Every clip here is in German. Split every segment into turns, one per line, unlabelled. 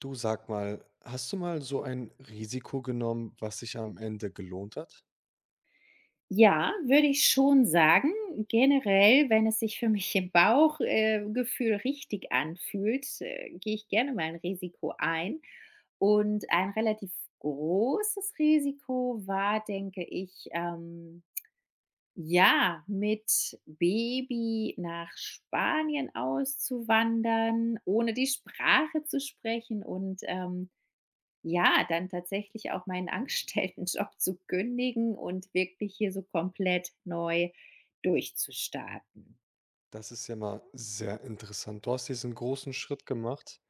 Du sag mal, hast du mal so ein Risiko genommen, was sich am Ende gelohnt hat?
Ja, würde ich schon sagen. Generell, wenn es sich für mich im Bauchgefühl Gefühl richtig anfühlt, gehe ich gerne mal ein Risiko ein. Und ein relativ großes Risiko war, denke ich, ja, mit Baby nach Spanien auszuwandern, ohne die Sprache zu sprechen und ja, dann tatsächlich auch meinen Angestelltenjob zu kündigen und wirklich hier so komplett neu durchzustarten.
Das ist ja mal sehr interessant. Du hast diesen großen Schritt gemacht,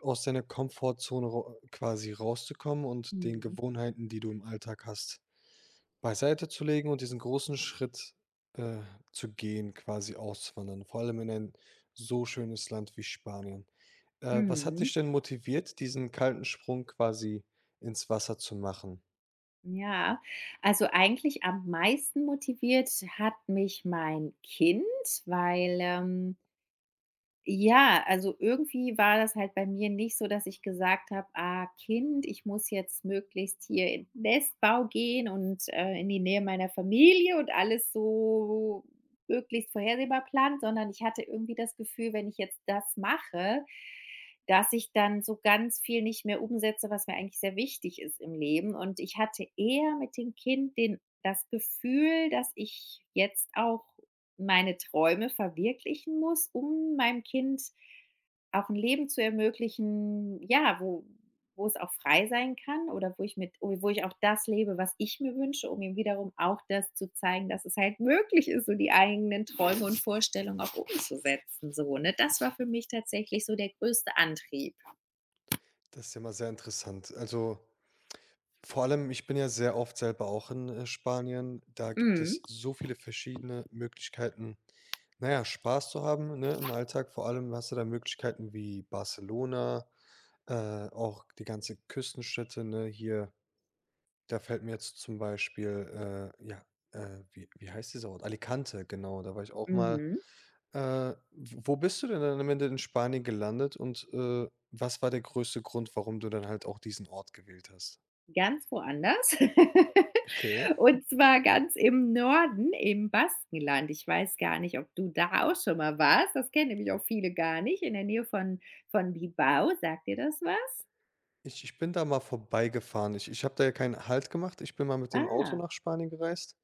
aus deiner Komfortzone quasi rauszukommen und den
Mhm.
Gewohnheiten, die du im Alltag hast. Beiseite zu legen und diesen großen Schritt äh, zu gehen, quasi auszuwandern, vor allem in ein so schönes Land wie Spanien. Was hat
Mhm.
dich denn motiviert, diesen kalten Sprung quasi ins Wasser zu machen?
Ja, also eigentlich am meisten motiviert hat mich mein Kind, weil, ja, also irgendwie war das halt bei mir nicht so, dass ich gesagt habe: „Ah, Kind, ich muss jetzt möglichst hier in den Nestbau gehen und, in die Nähe meiner Familie und alles so möglichst vorhersehbar planen“, sondern ich hatte irgendwie das Gefühl, wenn ich jetzt das mache, dass ich dann so ganz viel nicht mehr umsetze, was mir eigentlich sehr wichtig ist im Leben. Und ich hatte eher mit dem Kind den das Gefühl, dass ich jetzt auch meine Träume verwirklichen muss, um meinem Kind auch ein Leben zu ermöglichen, ja, wo es auch frei sein kann oder wo ich auch das lebe, was ich mir wünsche, um ihm wiederum auch das zu zeigen, dass es halt möglich ist, so die eigenen Träume und Vorstellungen auch umzusetzen so, ne? Das war für mich tatsächlich so der größte Antrieb.
Das ist ja mal sehr interessant. Also, vor allem, ich bin ja sehr oft selber auch in Spanien. Da gibt
Mhm.
es so viele verschiedene Möglichkeiten, naja Spaß zu haben, ne, im Alltag. Vor allem hast du da Möglichkeiten wie Barcelona, auch die ganze Küstenstädte, ne, hier. Da fällt mir jetzt zum Beispiel, ja, wie heißt dieser Ort? Alicante, genau, da war ich auch mal.
Mhm.
Äh, w wo bist du denn dann am Ende in Spanien gelandet und was war der größte Grund, warum du dann halt auch diesen Ort gewählt hast?
Ganz woanders.
Okay.
Und zwar ganz im Norden, im Baskenland. Ich weiß gar nicht, ob du da auch schon mal warst. Das kennen nämlich auch viele gar nicht. In der Nähe von Bilbao. Sagt dir das was?
Ich bin da mal vorbeigefahren. Ich habe da ja keinen Halt gemacht. Ich bin mal mit dem Auto
Ah,
nach Spanien gereist.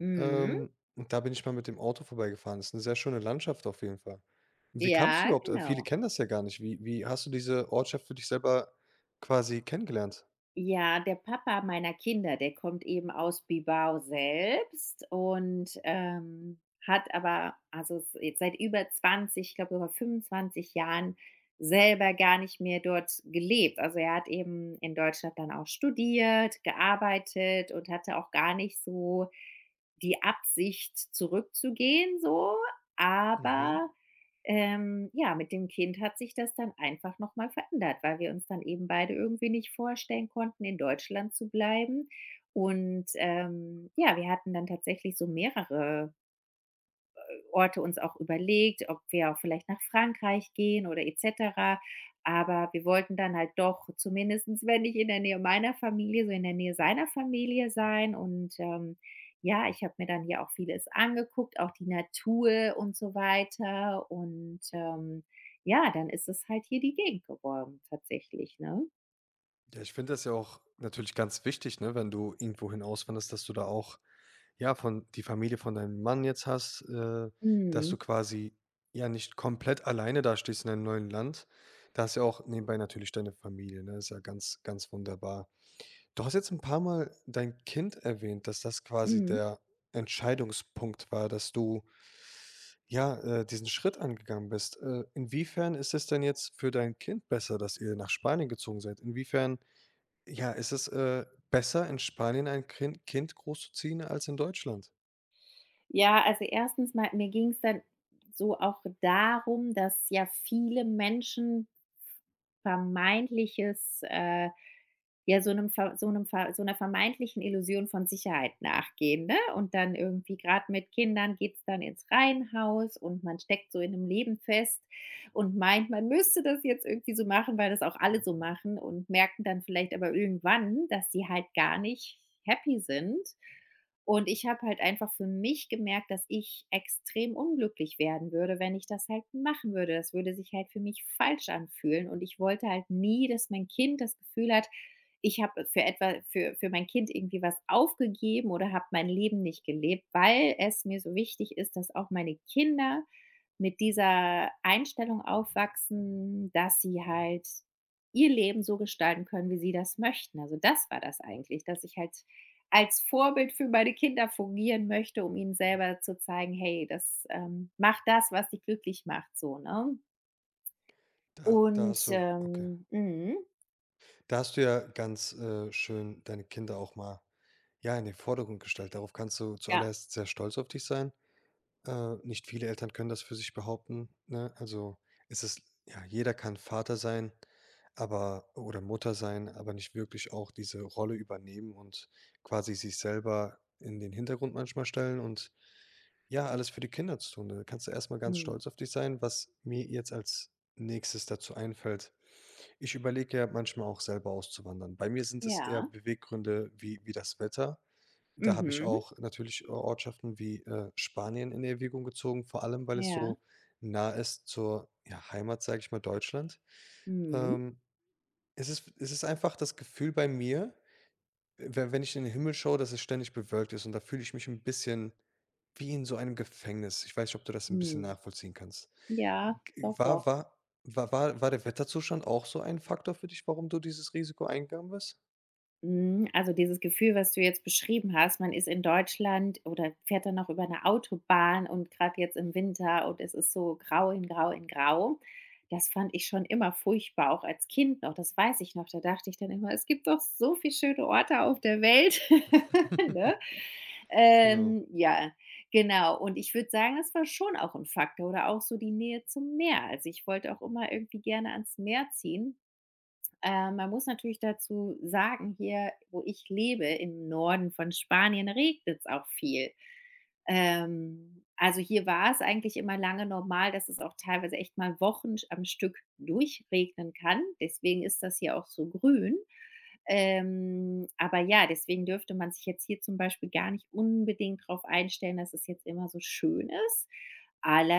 mhm.
Und da bin ich mal mit dem Auto vorbeigefahren. Das ist 'ne sehr schöne Landschaft auf jeden Fall. Wie kamst du
Ja,
überhaupt? Viele
genau.
kennen das ja gar nicht. Wie hast du diese Ortschaft für dich selber quasi kennengelernt?
Ja, der Papa meiner Kinder, der kommt eben aus Bilbao selbst und, hat aber also, s jetzt seit über 20, ich glaube sogar 25 Jahren selber gar nicht mehr dort gelebt. Also, er hat eben in Deutschland dann auch studiert, gearbeitet und hatte auch gar nicht so die Absicht, zurückzugehen so.
Mhm.
Aber ja, mit dem Kind hat sich das dann einfach nochmal verändert, weil wir uns dann eben beide irgendwie nicht vorstellen konnten, in Deutschland zu bleiben. Und, ja, wir hatten dann tatsächlich so mehrere Orte uns auch überlegt, ob wir auch vielleicht nach Frankreich gehen oder et cetera. Aber wir wollten dann halt doch zumindestens, wenn nicht in der Nähe meiner Familie, so in der Nähe seiner Familie sein. Und ja, ich habe mir dann hier auch vieles angeguckt, auch die Natur und so weiter. Und ja, dann ist es halt hier die Gegend geworden, tatsächlich, ne?
Ja, ich finde das ja auch natürlich ganz wichtig, ne, wenn du irgendwohin auswanderst, dass du da auch, ja, von die Familie von deinem Mann jetzt hast, dass
Mhm.
du quasi, ja, nicht komplett alleine dastehst in einem neuen Land. Da hast du ja auch nebenbei natürlich deine Familie, ne? Ist ja ganz, ganz wunderbar. Du hast jetzt ein paar Mal dein Kind erwähnt, dass das quasi
Mhm.
der Entscheidungspunkt war, dass du, ja, diesen Schritt angegangen bist. Inwiefern ist es denn jetzt für dein Kind besser, dass ihr nach Spanien gezogen seid? Inwiefern, ja, ist es, besser, in Spanien ein Kind großzuziehen als in Deutschland?
Ja, also erstens mal, mir ging's dann so auch darum, dass ja viele Menschen vermeintliches, ja, so einer vermeintlichen Illusion von Sicherheit nachgehen, ne? Und dann irgendwie gerade mit Kindern geht's dann ins Reihenhaus und man steckt so in 'nem Leben fest und meint, man müsste das jetzt irgendwie so machen, weil das auch alle so machen und merken dann vielleicht aber irgendwann, dass sie halt gar nicht happy sind. Und ich habe halt einfach für mich gemerkt, dass ich extrem unglücklich werden würde, wenn ich das halt machen würde. Das würde sich halt für mich falsch anfühlen und ich wollte halt nie, dass mein Kind das Gefühl hat, ich habe für etwa für mein Kind irgendwie was aufgegeben oder habe mein Leben nicht gelebt, weil es mir so wichtig ist, dass auch meine Kinder mit dieser Einstellung aufwachsen, dass sie halt ihr Leben so gestalten können, wie sie das möchten. Also, das war das eigentlich, dass ich halt als Vorbild für meine Kinder fungieren möchte, um ihnen selber zu zeigen: „Hey, das, mach das, was dich glücklich macht“, so, ne?
Da
Und,
hast du, okay.
mhm,
Da hast du ja ganz, schön deine Kinder auch mal, ja, in den Vordergrund gestellt. Darauf kannst du
ja,
zuallererst sehr stolz auf dich sein. Nicht viele Eltern können das für sich behaupten, ne? Also, es ist ja, jeder kann Vater sein, aber oder Mutter sein, aber nicht wirklich auch diese Rolle übernehmen und quasi sich selber in den Hintergrund manchmal stellen und ja, alles für die Kinder zu tun. Da kannst du erst mal ganz
mhm,
stolz auf dich sein, was mir jetzt als Nächstes dazu einfällt. Ich überlege ja manchmal auch selber auszuwandern. Bei mir sind es eher
ja,
Beweggründe wie das Wetter. Da habe ich
mhm,
auch natürlich Ortschaften wie Spanien in Erwägung gezogen, vor allem, weil es
ja,
so nah ist zur, ja, Heimat, sage ich mal, Deutschland.
mhm,
Ähm, es ist einfach das Gefühl bei mir, we wenn ich in den Himmel schaue, dass es ständig bewölkt ist und da fühle ich mich ein bisschen wie in so einem Gefängnis. Ich weiß nicht, ob du das ein bisschen
mhm.
nachvollziehen kannst.
Ja,
G
doch,
war
doch.
war war war war der Wetterzustand auch so ein Faktor für dich, warum du dieses Risiko eingegangen bist?
Mhm, also dieses Gefühl, was du jetzt beschrieben hast, man ist in Deutschland oder fährt dann noch über eine Autobahn und gerade jetzt im Winter und es ist so grau in grau in grau. Das fand ich schon immer furchtbar, auch als Kind noch, das weiß ich noch. Da dachte ich dann immer: „Es gibt doch so viel schöne Orte auf der Welt“, ne?
Genau.
Ja, genau. Und ich würde sagen, das war schon auch ein Faktor oder auch so die Nähe zum Meer. Also, ich wollte auch immer irgendwie gerne ans Meer ziehen. Man muss natürlich dazu sagen, hier, wo ich lebe, im Norden von Spanien, regnet es auch viel. Also, hier war es eigentlich immer lange normal, dass es auch teilweise echt mal Wochen am Stück durchregnen kann. Deswegen ist das hier auch so grün. Aber ja, deswegen dürfte man sich jetzt hier zum Beispiel gar nicht unbedingt darauf einstellen, dass es jetzt immer so schön ist.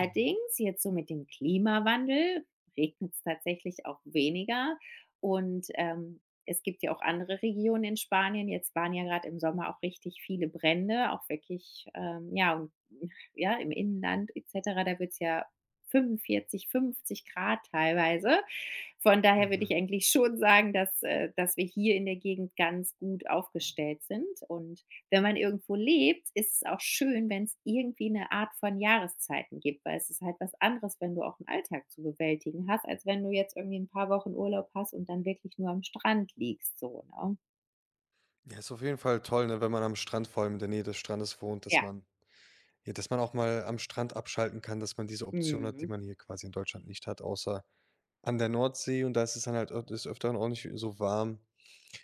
Mhm.
jetzt so mit dem Klimawandel regnet es tatsächlich auch weniger. Und, es gibt ja auch andere Regionen in Spanien. Jetzt waren ja gerade im Sommer auch richtig viele Brände, auch wirklich, ja, und ja, im Inland et cetera, da wird es ja 45, 50 Grad teilweise. Von daher würde ich
Mhm.
eigentlich schon sagen, dass wir hier in der Gegend ganz gut aufgestellt sind und wenn man irgendwo lebt, ist es auch schön, wenn es irgendwie eine Art von Jahreszeiten gibt, weil es ist halt was anderes, wenn du auch einen Alltag zu bewältigen hast, als wenn du jetzt irgendwie ein paar Wochen Urlaub hast und dann wirklich nur am Strand liegst so, ne?
Ja, ist auf jeden Fall toll, ne, wenn man am Strand, vor allem in der Nähe des Strandes wohnt, dass
Ja.
man ja, dass man auch mal am Strand abschalten kann, dass man diese Option hat, die
Mhm.
man hier quasi in Deutschland nicht hat, außer an der Nordsee und da ist es dann halt öf des Öfteren auch nicht so warm.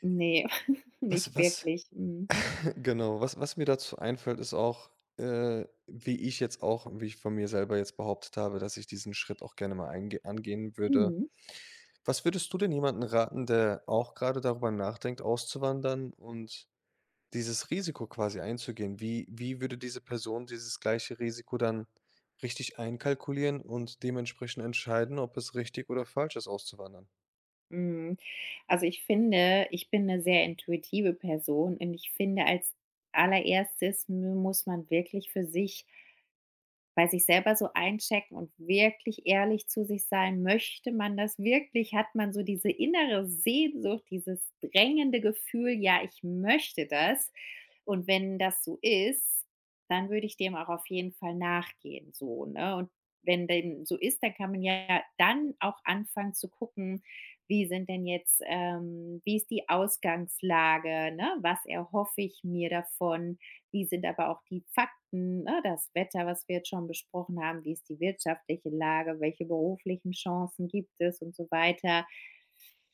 Ne,
Was
nicht
was
wirklich. Mhm.
genau, was mir dazu einfällt, ist auch, wie ich von mir selber jetzt behauptet habe, dass ich diesen Schritt auch gerne mal einge angehen würde.
Mhm.
Was würdest du denn jemanden raten, der auch gerade darüber nachdenkt, auszuwandern und dieses Risiko quasi einzugehen. Wie würde diese Person dieses gleiche Risiko dann richtig einkalkulieren und dementsprechend entscheiden, ob es richtig oder falsch ist, auszuwandern?
Mhm. Also, ich finde ich bin eine sehr intuitive Person und ich finde, als Allererstes mu muss man wirklich für sich bei sich selber so einchecken und wirklich ehrlich zu sich sein, möchte man das wirklich? Hat man so diese innere Sehnsucht, dieses drängende Gefühl, ja, ich möchte das. Und wenn das so ist, dann würde ich dem auch auf jeden Fall nachgehen, so, ne? Und wenn dem so ist, dann kann man ja dann auch anfangen zu gucken, wie sind denn jetzt wie ist die Ausgangslage, ne? Was erhoffe ich mir davon? Wie sind aber auch die Fakten, ne, das Wetter, was wir jetzt schon besprochen haben, wie ist die wirtschaftliche Lage, welche beruflichen Chancen gibt es und so weiter.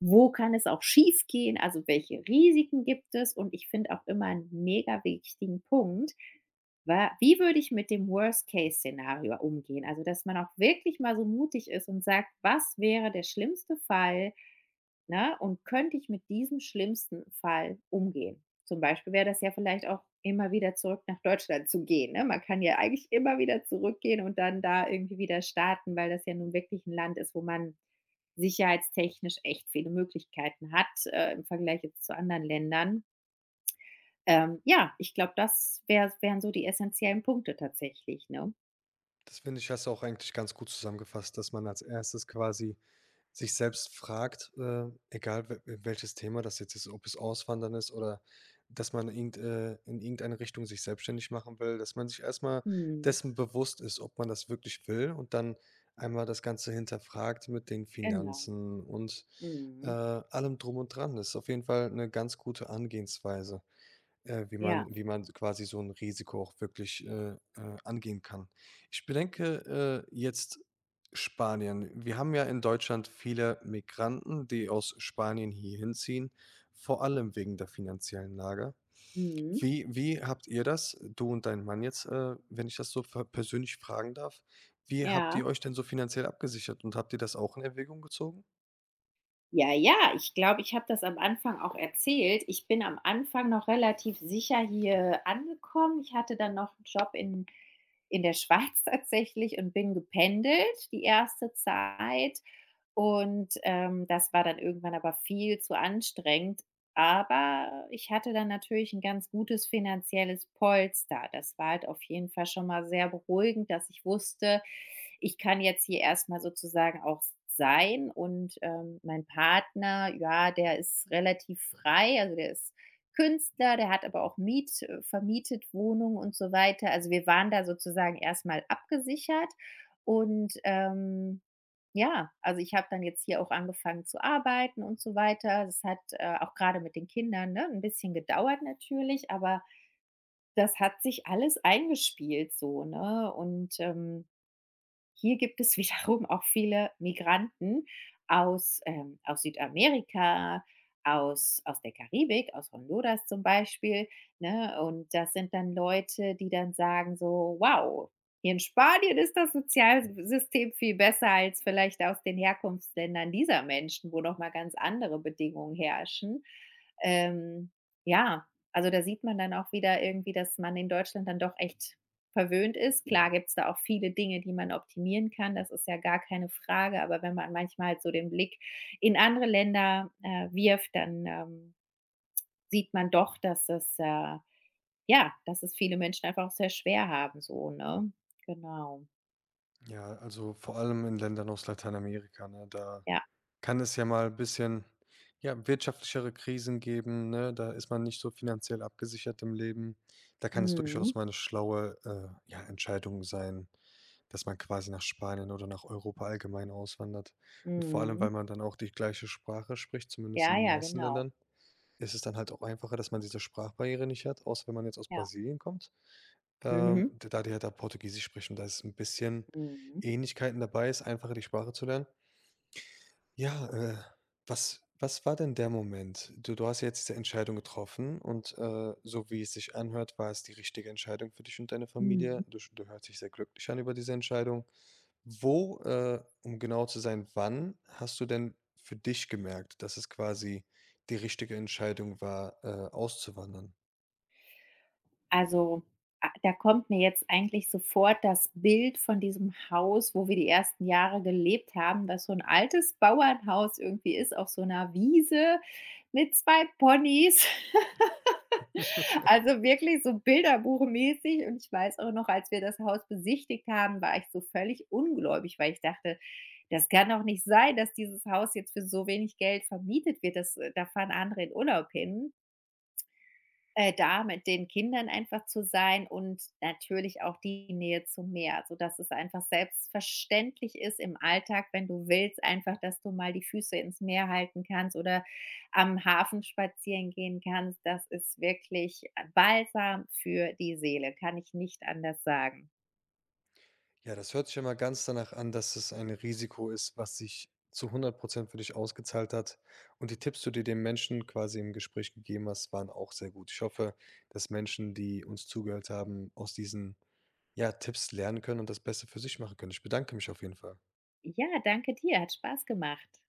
Wo kann es auch schief gehen? Also welche Risiken gibt es? Und ich finde auch immer einen mega wichtigen Punkt, wie würde ich mit dem Worst-Case-Szenario umgehen? Also, dass man auch wirklich mal so mutig ist und sagt, was wäre der schlimmste Fall? Ne? Und könnte ich mit diesem schlimmsten Fall umgehen? Zum Beispiel wäre das ja vielleicht auch immer wieder zurück nach Deutschland zu gehen, ne? Man kann ja eigentlich immer wieder zurückgehen und dann da irgendwie wieder starten, weil das ja nun wirklich ein Land ist, wo man sicherheitstechnisch echt viele Möglichkeiten hat, im Vergleich jetzt zu anderen Ländern. Ja, ich glaube, das wären so die essentiellen Punkte tatsächlich, ne?
Das finde ich, hast du auch eigentlich ganz gut zusammengefasst, dass man als Erstes quasi sich selbst fragt, egal we welches Thema das jetzt ist, ob es Auswandern ist oder dass man irgend in irgendeine Richtung sich selbstständig machen will, dass man sich erst mal
Mhm.
dessen bewusst ist, ob man das wirklich will und dann einmal das Ganze hinterfragt mit den
Genau.
Finanzen und
Mhm.
allem Drum und Dran. Das ist auf jeden Fall eine ganz gute Angehensweise, wie
Ja.
man wie man quasi so ein Risiko auch wirklich, angehen kann. Ich bedenke jetzt Spanien. Wir haben ja in Deutschland viele Migranten, die aus Spanien hier hinziehen, vor allem wegen der finanziellen Lage.
Mhm.
Wie habt ihr das, du und dein Mann jetzt, wenn ich das so ver persönlich fragen darf, wie habt
Ja.
ihr euch denn so finanziell abgesichert und habt ihr das auch in Erwägung gezogen?
Ja, ja, ich glaube, ich habe das am Anfang auch erzählt. Ich bin am Anfang noch relativ sicher hier angekommen. Ich hatte dann noch einen Job in der Schweiz tatsächlich und bin gependelt die erste Zeit und, das war dann irgendwann aber viel zu anstrengend. Aber ich hatte dann natürlich ein ganz gutes finanzielles Polster. Das war halt auf jeden Fall schon mal sehr beruhigend, dass ich wusste ich kann jetzt hier erstmal sozusagen auch sein und, mein Partner, ja, der ist relativ frei, also der ist Künstler, der hat aber auch Miet vermietet Wohnungen und so weiter. Also, wir waren da sozusagen erstmal abgesichert und, ja, also ich habe dann jetzt hier auch angefangen zu arbeiten und so weiter. Das hat, auch gerade mit den Kindern, ne, ein bisschen gedauert natürlich, aber das hat sich alles eingespielt so, ne? Und, hier gibt es wiederum auch viele Migranten aus Südamerika, aus der Karibik, aus Honduras zum Beispiel, ne? Und das sind dann Leute, die dann sagen so: „Wow, hier in Spanien ist das Sozialsystem viel besser als vielleicht aus den Herkunftsländern dieser Menschen, wo noch mal ganz andere Bedingungen herrschen.“ Ähm, ja, also da sieht man dann auch wieder irgendwie, dass man in Deutschland dann doch echt verwöhnt ist. Klar gibt es da auch viele Dinge, die man optimieren kann, das ist ja gar keine Frage, aber wenn man manchmal halt so den Blick in andere Länder, wirft, dann, sieht man doch, dass es, ja, dass es viele Menschen einfach auch sehr schwer haben so, ne? Genau.
Ja, also vor allem in Ländern aus Lateinamerika, ne? Da
Ja.
kann es ja mal ein bisschen, ja, wirtschaftlichere Krisen geben, ne? Da ist man nicht so finanziell abgesichert im Leben. Da kann es durchaus
Mhm.
mal eine schlaue, ja, Entscheidung sein, dass man quasi nach Spanien oder nach Europa allgemein auswandert. Und vor allem,
Mhm.
weil man dann auch die gleiche Sprache spricht, zumindest in
Ja,
den
ja,
meisten
genau.
Ländern, ist es dann halt auch einfacher, dass man diese Sprachbarriere nicht hat, außer wenn man jetzt aus
Ja.
Brasilien kommt.
Mhm.
D da die halt da Portugiesisch sprechen, da ist ein bisschen
Mhm.
Ähnlichkeiten dabei, ist einfacher, die Sprache zu lernen. Ja, was war denn der Moment? Du hast ja jetzt diese Entscheidung getroffen und, so wie es sich anhört, war es die richtige Entscheidung für dich und deine
Mhm.
Familie. Du hörst dich sehr glücklich an über diese Entscheidung. Um genau zu sein, wann hast du denn für dich gemerkt, dass es quasi die richtige Entscheidung war, auszuwandern?
Also, a da kommt mir jetzt eigentlich sofort das Bild von diesem Haus, wo wir die ersten Jahre gelebt haben, was so ein altes Bauernhaus irgendwie ist auf so einer Wiese mit 2 Ponys. Also, wirklich so bilderbuchmäßig und ich weiß auch noch, als wir das Haus besichtigt haben, war ich so völlig ungläubig, weil ich dachte: „Das kann doch nicht sein, dass dieses Haus jetzt für so wenig Geld vermietet wird. Das da fahren andere in Urlaub hin.“ Da mit den Kindern einfach zu sein und natürlich auch die Nähe zum Meer, sodass es einfach selbstverständlich ist im Alltag, wenn du willst, einfach, dass du mal die Füße ins Meer halten kannst oder am Hafen spazieren gehen kannst. Das ist wirklich Balsam für die Seele, kann ich nicht anders sagen.
Ja, das hört sich ja mal ganz danach an, dass es ein Risiko ist, was sich zu 100% für dich ausgezahlt hat. Und die Tipps, die du dem Menschen quasi im Gespräch gegeben hast, waren auch sehr gut. Ich hoffe, dass Menschen, die uns zugehört haben, aus diesen, ja, Tipps lernen können und das Beste für sich machen können. Ich bedanke mich auf jeden Fall.
Ja, danke dir, hat Spaß gemacht.